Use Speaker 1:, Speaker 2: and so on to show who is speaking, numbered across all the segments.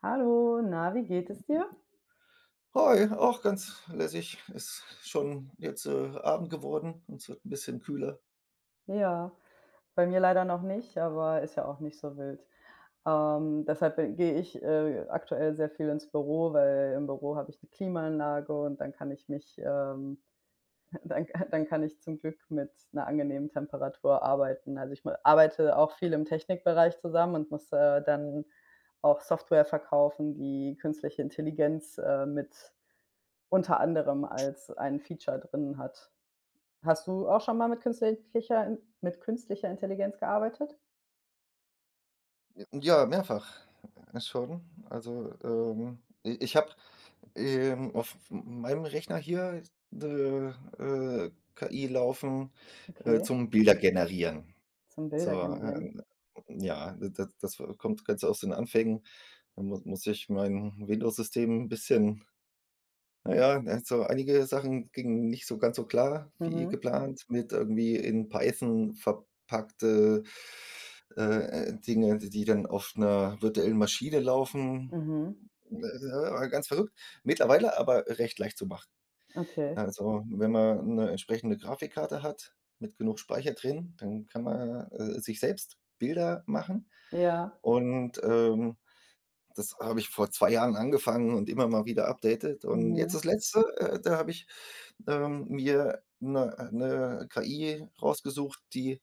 Speaker 1: Hallo, na, wie geht es dir?
Speaker 2: Hi, auch ganz lässig. Ist schon jetzt, Abend geworden und es wird ein bisschen kühler.
Speaker 1: Ja, bei mir leider noch nicht, aber ist ja auch nicht so wild. Deshalb bin gehe ich, aktuell sehr viel ins Büro, weil im Büro habe ich eine Klimaanlage und dann kann ich dann dann kann ich zum Glück mit einer angenehmen Temperatur arbeiten. Also, ich ma arbeite auch viel im Technikbereich zusammen und muss dann auch Software verkaufen, die künstliche Intelligenz mit unter anderem als ein Feature drin hat. Hast du auch schon mal mit künstlicher In mit künstlicher Intelligenz gearbeitet?
Speaker 2: Ja, mehrfach, schon. Also, i ich habe, auf meinem Rechner hier 'ne, KI laufen,
Speaker 1: Okay,
Speaker 2: zum Bilder generieren.
Speaker 1: zum
Speaker 2: So,
Speaker 1: Bilder generieren.
Speaker 2: ja, das kommt ganz aus den Anfängen. Da mu muss ich mein Windows-System ein bisschen. Na ja, ne, so einige Sachen gingen nicht so ganz so klar wie
Speaker 1: Mhm,
Speaker 2: geplant mit irgendwie in Python verpackte, Dinge, die dann auf einer virtuellen Maschine laufen.
Speaker 1: mhm,
Speaker 2: Ganz verrückt. Mittlerweile aber recht leicht zu machen.
Speaker 1: okay.
Speaker 2: Also, wenn man eine entsprechende Grafikkarte hat mit genug Speicher drin, dann kann man, sich selbst Bilder machen
Speaker 1: Ja,
Speaker 2: und, das habe ich vor 2 Jahren angefangen und immer mal wieder updated, und jetzt
Speaker 1: mhm,
Speaker 2: das Letzte, da habe ich, mir 'ne KI rausgesucht, die,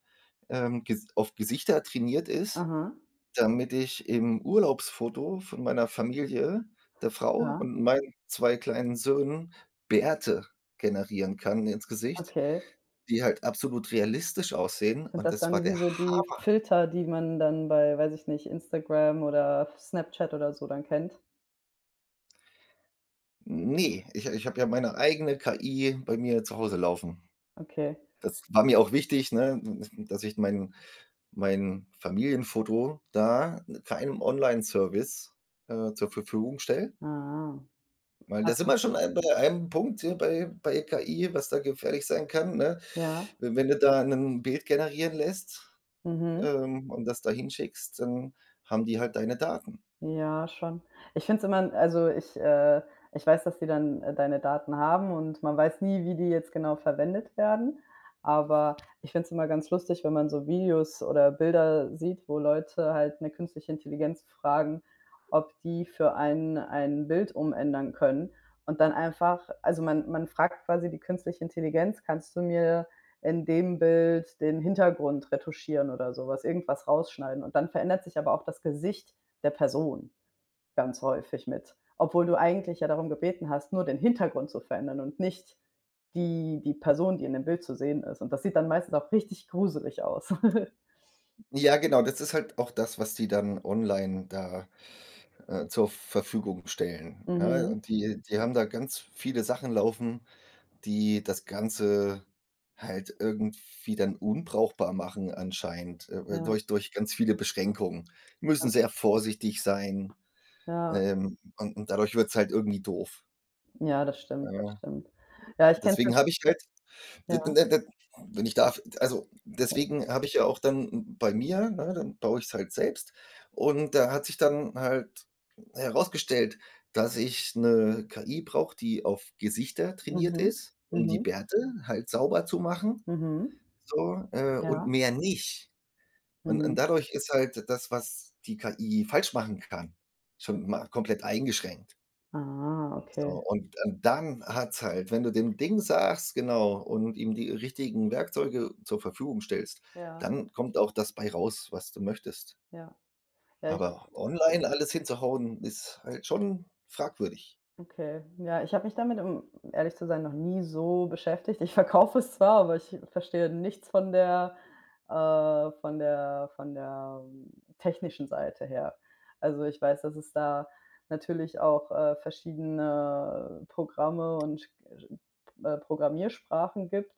Speaker 2: ges auf Gesichter trainiert ist,
Speaker 1: aha,
Speaker 2: damit ich im Urlaubsfoto von meiner Familie, der Frau
Speaker 1: ja,
Speaker 2: und meinen 2 kleinen Söhnen Bärte generieren kann ins Gesicht,
Speaker 1: okay.
Speaker 2: die halt absolut realistisch aussehen,
Speaker 1: Sind
Speaker 2: und
Speaker 1: das
Speaker 2: das war
Speaker 1: dann wie
Speaker 2: der
Speaker 1: so die
Speaker 2: Hammer.
Speaker 1: Filter, die man dann bei, weiß ich nicht, Instagram oder Snapchat oder so dann kennt?
Speaker 2: Ne, ich habe ja meine eigene KI bei mir zu Hause laufen.
Speaker 1: Okay.
Speaker 2: Das war mir auch wichtig, ne, dass ich mein Familienfoto da keinem Onlineservice, zur Verfügung stelle,
Speaker 1: Ah,
Speaker 2: weil da
Speaker 1: hast
Speaker 2: sind
Speaker 1: du
Speaker 2: wir schon ein bei einem Punkt hier bei KI, was da gefährlich sein kann, ne?
Speaker 1: ja,
Speaker 2: Wenn du da ein Bild generieren lässt,
Speaker 1: mhm.
Speaker 2: und das da hinschickst, dann haben die halt deine Daten.
Speaker 1: Ja, schon. Ich finde es immer ich weiß, dass die dann deine Daten haben und man weiß nie, wie die jetzt genau verwendet werden. Aber ich finde es immer ganz lustig, wenn man so Videos oder Bilder sieht, wo Leute halt eine künstliche Intelligenz fragen, ob die für einen ein Bild umändern können und dann einfach also man fragt quasi die künstliche Intelligenz: „Kannst du mir in dem Bild den Hintergrund retuschieren oder sowas, irgendwas rausschneiden?“ Und dann verändert sich aber auch das Gesicht der Person ganz häufig mit, obwohl du eigentlich ja darum gebeten hast, nur den Hintergrund zu verändern und nicht die Person, die in dem Bild zu sehen ist. Und das sieht dann meistens auch richtig gruselig aus.
Speaker 2: Ja, genau, das ist halt auch das, was die dann online da, zur Verfügung stellen, ne?
Speaker 1: Mhm.
Speaker 2: Und die haben da ganz viele Sachen laufen, die das Ganze halt irgendwie dann unbrauchbar machen anscheinend,
Speaker 1: Ja,
Speaker 2: durch ganz viele Beschränkungen. Die
Speaker 1: ja,
Speaker 2: müssen sehr vorsichtig sein,
Speaker 1: ja.
Speaker 2: und dadurch wird's halt irgendwie doof.
Speaker 1: Ja, das stimmt, das
Speaker 2: Ja,
Speaker 1: stimmt. Ja, ich kenne es
Speaker 2: deswegen
Speaker 1: jetzt
Speaker 2: habe ich halt d
Speaker 1: ja.
Speaker 2: d d d wenn ich darf, also, deswegen habe ich ja auch dann bei mir, ne, dann baue ich's halt selbst und da hat sich dann halt herausgestellt, dass ich 'ne KI brauche, die auf Gesichter trainiert
Speaker 1: Mhm.
Speaker 2: ist, um die
Speaker 1: Mhm.
Speaker 2: Bärte halt sauber zu machen,
Speaker 1: Mhm.
Speaker 2: so, und
Speaker 1: Ja.
Speaker 2: mehr nicht. Und
Speaker 1: Mhm.
Speaker 2: dadurch ist halt das, was die KI falsch machen kann, schon mal komplett eingeschränkt.
Speaker 1: Ah,
Speaker 2: So,
Speaker 1: okay.
Speaker 2: und dann hat's halt, wenn du dem Ding sagst genau, und ihm die richtigen Werkzeuge zur Verfügung stellst,
Speaker 1: Ja,
Speaker 2: dann kommt auch das bei raus, was du möchtest.
Speaker 1: ja. Ja, ich
Speaker 2: Aber online alles hinzuhauen, ist halt schon fragwürdig.
Speaker 1: okay. Ja, ich habe mich damit, um ehrlich zu sein, noch nie so beschäftigt. Ich verkaufe es zwar, aber ich verstehe nichts von der von der technischen Seite her. Also, ich weiß, dass es da natürlich auch verschiedene Programme und Programmiersprachen gibt,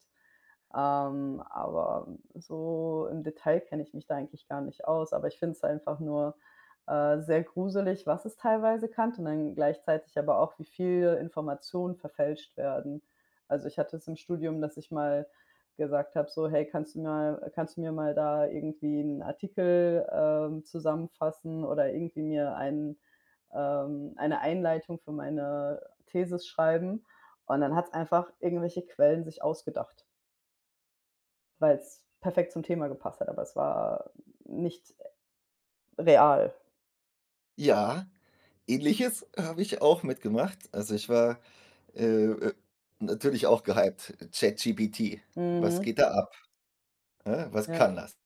Speaker 1: ähm, aber so im Detail kenne ich mich da eigentlich gar nicht aus. Aber ich finde es einfach nur sehr gruselig, was es teilweise kannte und dann gleichzeitig aber auch, wie viel Informationen verfälscht werden. Also, ich hatte es im Studium, dass ich mal gesagt habe, so: „Hey, kannst du mir mal da irgendwie einen Artikel zusammenfassen oder irgendwie mir eine Einleitung für meine Thesis schreiben?“ Und dann hat es einfach irgendwelche Quellen sich ausgedacht, weil es perfekt zum Thema gepasst hat, aber es war nicht real.
Speaker 2: Ja, Ähnliches habe ich auch mitgemacht. Also, ich war, äh, äh, natürlich auch gehypt, ChatGPT. Was
Speaker 1: Mhm.
Speaker 2: geht da. Ne, was
Speaker 1: Ja,
Speaker 2: kann das?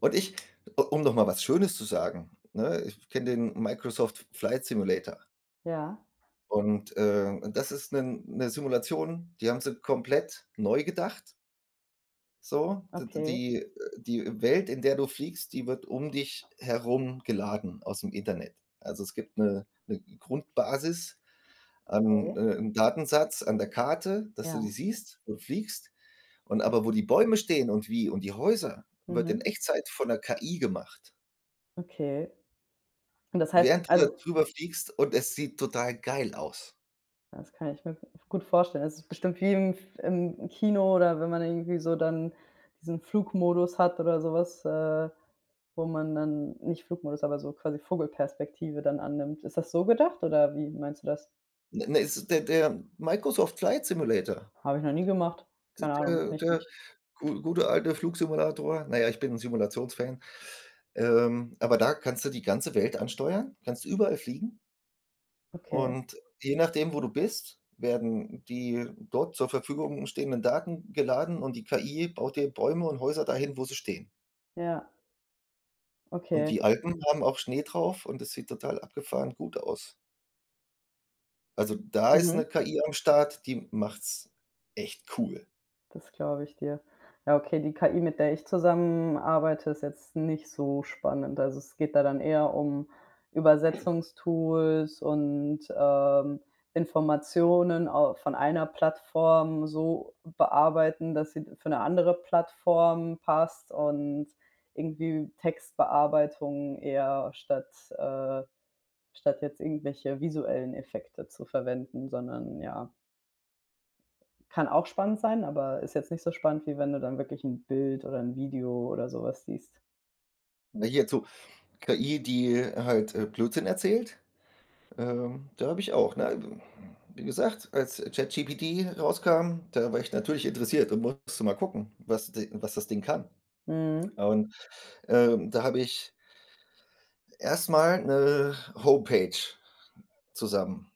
Speaker 2: Und ich, um noch mal was Schönes zu sagen, ne, ich kenne den Microsoft Flight Simulator
Speaker 1: ja.
Speaker 2: und, das ist eine Simulation, die haben sie komplett neu gedacht, so. D
Speaker 1: Okay,
Speaker 2: die die Welt, in der du fliegst, die wird um dich herum geladen aus dem Internet. Also, es gibt eine 'ne Grundbasis an,
Speaker 1: okay,
Speaker 2: 'n Datensatz an der Karte, dass du die
Speaker 1: ja.
Speaker 2: siehst und fliegst. Und aber wo die Bäume stehen und wie und die Häuser, wird
Speaker 1: Mhm.
Speaker 2: in Echtzeit von der KI gemacht,
Speaker 1: Okay. Und das heißt
Speaker 2: während du da
Speaker 1: also
Speaker 2: drüber fliegst, und es sieht total geil aus.
Speaker 1: das kann ich mir gut vorstellen. Es ist bestimmt wie im Kino oder wenn man irgendwie so dann diesen Flugmodus hat oder sowas, äh, wo man dann nicht Flugmodus, aber so quasi Vogelperspektive dann annimmt. Ist das so gedacht oder wie meinst du das?
Speaker 2: Ne, ne, es ist der Microsoft Flight Simulator,
Speaker 1: Habe ich noch nie gemacht.
Speaker 2: d
Speaker 1: Keine Ahnung,
Speaker 2: der
Speaker 1: kann ich
Speaker 2: der
Speaker 1: nicht.
Speaker 2: gu gute alte Flugsimulator. Na ja, ich bin ein Simulationsfan. Aber da kannst du die ganze Welt ansteuern, kannst überall fliegen.
Speaker 1: Okay,
Speaker 2: Und je nachdem, wo du bist, werden die dort zur Verfügung stehenden Daten geladen und die KI baut dir Bäume und Häuser dahin, wo sie stehen.
Speaker 1: ja,
Speaker 2: Und
Speaker 1: okay.
Speaker 2: die Alpen haben auch Schnee drauf und es sieht total abgefahren gut aus. Also, da ist
Speaker 1: Mhm.
Speaker 2: 'ne KI am Start, die macht's echt cool.
Speaker 1: Das glaube ich dir. Ja, okay, die KI, mit der ich zusammenarbeite, ist jetzt nicht so spannend. Also, es geht da dann eher um Übersetzungstools und Informationen au von einer Plattform so bearbeiten, dass sie für 'ne andere Plattform passt und irgendwie Textbearbeitung eher äh statt jetzt irgendwelche visuellen Effekte zu verwenden, sondern ja. Kann auch spannend sein, aber ist jetzt nicht so spannend, wie wenn du dann wirklich 'n Bild oder 'n Video oder so was siehst.
Speaker 2: Ne, hierzu KI, die halt, Blödsinn erzählt, da habe ich auch, ne, wie gesagt, als ChatGPT rauskam, da war ich natürlich interessiert und musste mal gucken, was d was das Ding kann.
Speaker 1: Mhm.
Speaker 2: Und da habe ich erstmal eine Homepage zusammen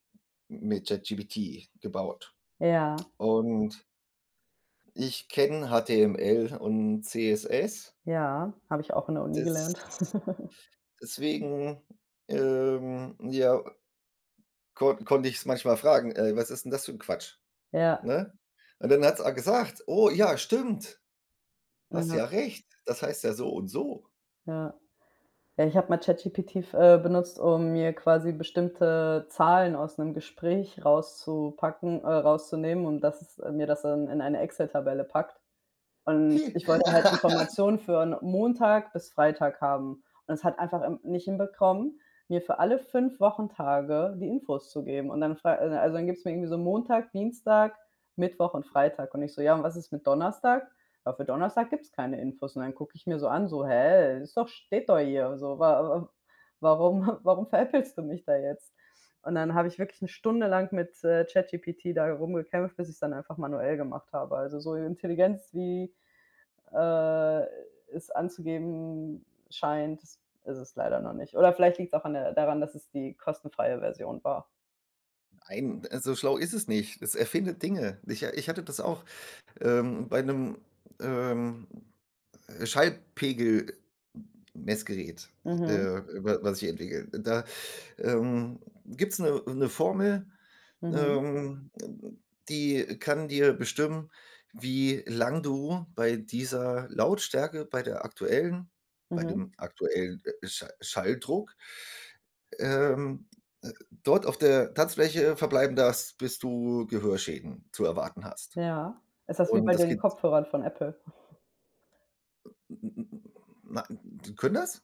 Speaker 2: mit ChatGPT gebaut.
Speaker 1: Ja,
Speaker 2: Und ich kenne HTML und CSS.
Speaker 1: ja, habe ich auch in der Uni
Speaker 2: Des
Speaker 1: gelernt.
Speaker 2: deswegen, ja, konnte ich's manchmal fragen: „Ey, was ist 'n das für 'n Quatsch?“,
Speaker 1: Ja,
Speaker 2: ne? Und dann hat's auch gesagt: „Oh ja, stimmt. Hast
Speaker 1: ja,
Speaker 2: ja recht. Das heißt ja so und so.“
Speaker 1: ja. Ja, ich habe mal ChatGPT f benutzt, um mir quasi bestimmte Zahlen aus 'nem Gespräch rauszupacken rauszunehmen und das ist mir das dann in eine Excel-Tabelle packt. Und ich
Speaker 2: Hi.
Speaker 1: wollte halt Informationen für 'n Montag bis Freitag haben. Und es hat einfach nicht hinbekommen, mir für alle 5 Wochentage die Infos zu geben. Und dann frei also, dann gibt's mir irgendwie so Montag, Dienstag, Mittwoch und Freitag. Und ich so: „Ja, und was ist mit Donnerstag?“ „Ja, für Donnerstag gibt's keine Infos.“ Und dann gucke ich mir so an, so: „Hä, ist doch steht doch hier so, wa wa warum warum veräppelst du mich da jetzt?“ Und dann habe ich wirklich 'ne Stunde lang mit ChatGPT da rumgekämpft, bis ich's dann einfach manuell gemacht habe. Also, so Intelligenz wie äh, es anzugeben scheint, ist es leider noch nicht. Oder vielleicht liegt es auch an der daran, dass es die kostenfreie Version war.
Speaker 2: Nein, so schlau ist es nicht. Es erfindet Dinge. Ich hatte das auch. Bei einem ähm, Schallpegel Messgerät, äh,
Speaker 1: Mhm,
Speaker 2: wa was ich entwickle, da, ähm, gibt's 'ne Formel,
Speaker 1: mhm,
Speaker 2: ähm, die kann dir bestimmen, wie lang du bei dieser Lautstärke, bei der aktuellen, bei
Speaker 1: mhm.
Speaker 2: dem aktuellen, Schalldruck, ähm, äh, dort auf der Tanzfläche verbleiben darfst, bis du Gehörschäden zu erwarten hast.
Speaker 1: Ja. Ist das wie bei
Speaker 2: Und das
Speaker 1: den
Speaker 2: geht.
Speaker 1: Kopfhörern von Apple?
Speaker 2: Na, können das?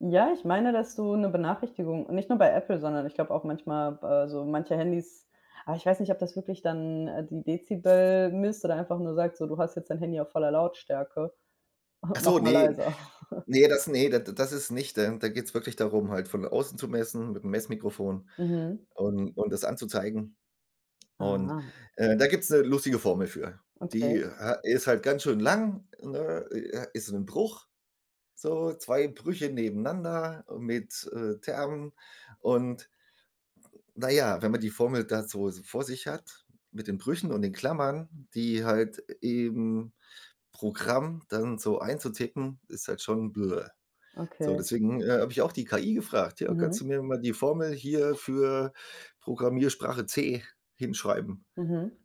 Speaker 1: Ja, ich meine, dass du eine Benachrichtigung nicht nur bei Apple, sondern ich glaube auch manchmal so manche Handys aber ich weiß nicht, ob das wirklich dann die Dezibel misst oder einfach nur sagt so: „Du hast jetzt dein Handy auf voller Lautstärke,
Speaker 2: Ach
Speaker 1: mach
Speaker 2: so,
Speaker 1: mal
Speaker 2: ne,
Speaker 1: leiser.“
Speaker 2: ne, das, ne, da das ist nicht. Da geht's wirklich darum, halt von außen zu messen mit mit'm Messmikrofon
Speaker 1: Mhm.
Speaker 2: und das anzuzeigen. Und,
Speaker 1: Ah,
Speaker 2: da gibt's 'ne lustige Formel für.
Speaker 1: okay,
Speaker 2: Die ha ist halt ganz schön lang, ne, ist 'n Bruch, so 2 Brüche nebeneinander mit, Termen. Und na ja, wenn man die Formel da so vor sich hat mit den Brüchen und den Klammern, die halt eben Programm dann so einzutippen, ist halt schon bläh. So,
Speaker 1: okay.
Speaker 2: deswegen, habe ich auch die KI gefragt: „Ja,
Speaker 1: Mhm,
Speaker 2: kannst du mir mal die Formel hier für Programmiersprache C hinschreiben?“
Speaker 1: mhm.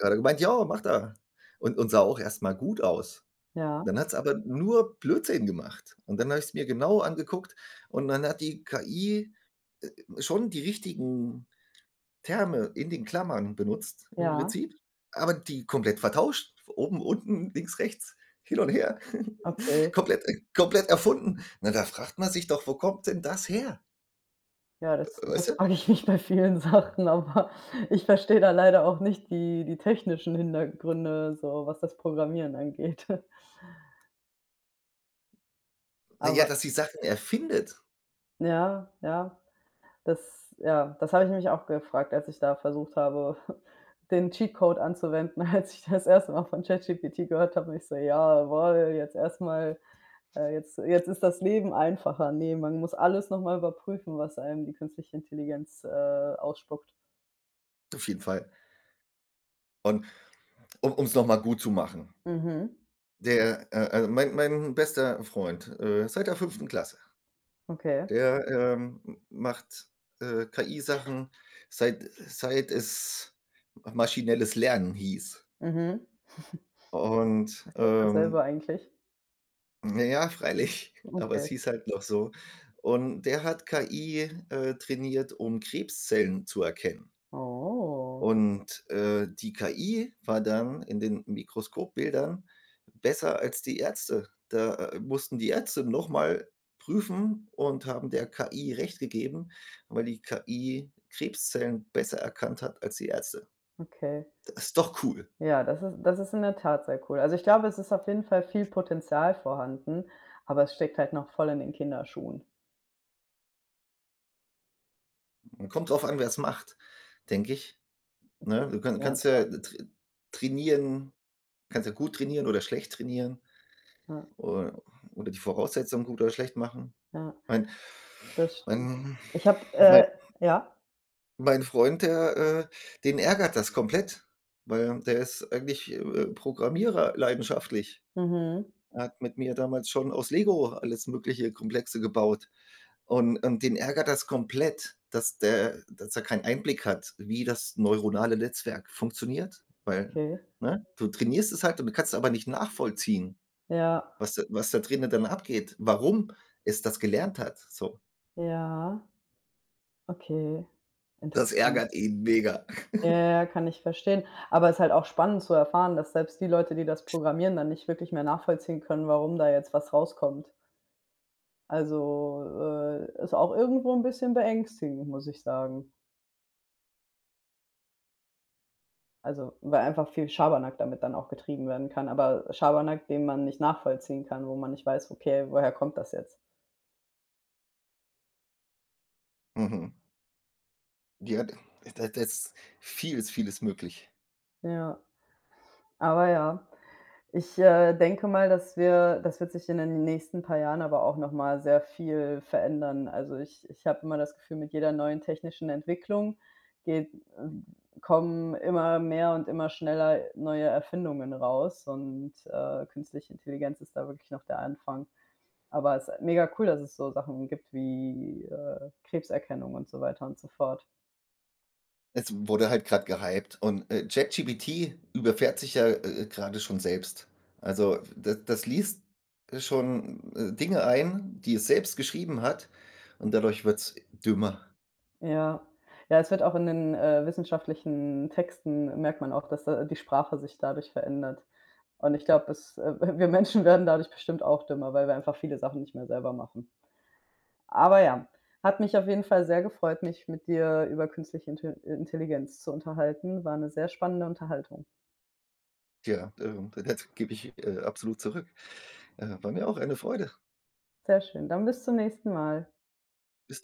Speaker 2: Hat er gemeint: „Ja, macht er.“ Und sah auch erst mal gut aus.
Speaker 1: Ja,
Speaker 2: Dann hat's aber nur Blödsinn gemacht. Und dann habe ich's mir genau angeguckt und dann hat die KI, äh, schon die richtigen Terme in den Klammern benutzt im
Speaker 1: ja,
Speaker 2: Prinzip, aber die komplett vertauscht. Oben, unten, links, rechts, hin und her.
Speaker 1: okay.
Speaker 2: Komplett komplett erfunden. Na, da fragt man sich doch: „Wo kommt denn das her?“
Speaker 1: Ja, das
Speaker 2: Weißt
Speaker 1: das
Speaker 2: du?
Speaker 1: frage ich mich bei vielen Sachen, aber ich verstehe da leider auch nicht die technischen Hintergründe, so was das Programmieren angeht.
Speaker 2: Na ja,
Speaker 1: Aber
Speaker 2: dass sie Sachen erfindet,
Speaker 1: ja, ja, das habe ich mich auch gefragt, als ich da versucht habe, den Cheatcode anzuwenden, als ich das erste Mal von ChatGPT gehört habe und ich so: „Jawohl, jetzt erstmal, jetzt ist das Leben einfacher.“ Ne, man muss alles noch mal überprüfen, was einem die künstliche Intelligenz ausspuckt.
Speaker 2: auf jeden Fall. Und um's noch mal gut zu machen,
Speaker 1: Mhm.
Speaker 2: der also, mein bester Freund, seit der fünften Klasse,
Speaker 1: Okay.
Speaker 2: der, m macht, KI-Sachen, seit es maschinelles Lernen hieß.
Speaker 1: Mhm.
Speaker 2: Und,
Speaker 1: Ist das dasselbe eigentlich?
Speaker 2: na ja, freilich, aber
Speaker 1: Okay.
Speaker 2: es hieß halt noch so. Und der hat KI, trainiert, um Krebszellen zu erkennen.
Speaker 1: Oh,
Speaker 2: Und, die KI war dann in den Mikroskopbildern besser als die Ärzte. Da, mussten die Ärzte noch mal prüfen und haben der KI recht gegeben, weil die KI Krebszellen besser erkannt hat als die Ärzte.
Speaker 1: okay.
Speaker 2: Das ist doch cool.
Speaker 1: Ja, das ist in der Tat sehr cool. Also, ich glaube, es ist auf jeden Fall viel Potenzial vorhanden, aber es steckt halt noch voll in den Kinderschuhen.
Speaker 2: Kommt drauf an, wer es macht, denke ich,
Speaker 1: Okay.
Speaker 2: ne? Du kann
Speaker 1: Ja,
Speaker 2: kannst ja
Speaker 1: klar.
Speaker 2: tr trainieren. Kannst ja gut trainieren oder schlecht trainieren
Speaker 1: Ja,
Speaker 2: oder die Voraussetzungen gut oder schlecht machen.
Speaker 1: ja,
Speaker 2: Mein
Speaker 1: das stimmt.
Speaker 2: mein
Speaker 1: Ich habe
Speaker 2: mein
Speaker 1: ja?
Speaker 2: mein Freund, der, den ärgert das komplett, weil der ist eigentlich, Programmierer leidenschaftlich.
Speaker 1: Mhm.
Speaker 2: Er hat mit mir damals schon aus Lego alles mögliche Komplexe gebaut und den ärgert das komplett, dass der dass er keinen Einblick hat, wie das neuronale Netzwerk funktioniert, weil,
Speaker 1: Okay.
Speaker 2: ne, du trainierst es halt und du kannst es aber nicht nachvollziehen,
Speaker 1: Ja,
Speaker 2: was da drinnen dann abgeht, warum es das gelernt hat, so.
Speaker 1: ja, okay.
Speaker 2: Das
Speaker 1: Interessant.
Speaker 2: ärgert ihn mega.
Speaker 1: Ja, ja, ja, kann ich verstehen. Aber es ist halt auch spannend zu erfahren, dass selbst die Leute, die das programmieren, dann nicht wirklich mehr nachvollziehen können, warum da jetzt was rauskommt. Also, ist auch irgendwo ein bisschen beängstigend, muss ich sagen. Also, weil einfach viel Schabernack damit dann auch getrieben werden kann, aber Schabernack, den man nicht nachvollziehen kann, wo man nicht weiß: „Okay, woher kommt das jetzt?“
Speaker 2: Mhm. Ja, da ist vieles, vieles möglich.
Speaker 1: Ja, aber ja. Ich denke mal, dass wird sich in den nächsten paar Jahren aber auch noch mal sehr viel verändern. Also, ich habe immer das Gefühl, mit jeder neuen technischen Entwicklung geht kommen immer mehr und immer schneller neue Erfindungen raus und künstliche Intelligenz ist da wirklich noch der Anfang. Aber es ist mega cool, dass es so Sachen gibt wie Krebserkennung und so weiter und so fort.
Speaker 2: Es wurde halt gerade gehypt und, ChatGPT überfährt sich ja, grade schon selbst. Also, da das liest schon, Dinge ein, die es selbst geschrieben hat und dadurch wird's dümmer.
Speaker 1: Ja. Ja, es wird auch in den wissenschaftlichen Texten merkt man auch, dass da die Sprache sich dadurch verändert. Und ich glaube, es wir Menschen werden dadurch bestimmt auch dümmer, weil wir einfach viele Sachen nicht mehr selber machen. Aber ja, hat mich auf jeden Fall sehr gefreut, mich mit dir über künstliche Intel Intelligenz zu unterhalten. War 'ne sehr spannende Unterhaltung.
Speaker 2: Ja, das gebe ich, absolut zurück. War mir auch eine Freude.
Speaker 1: Sehr schön. Dann bis zum nächsten Mal.
Speaker 2: Bis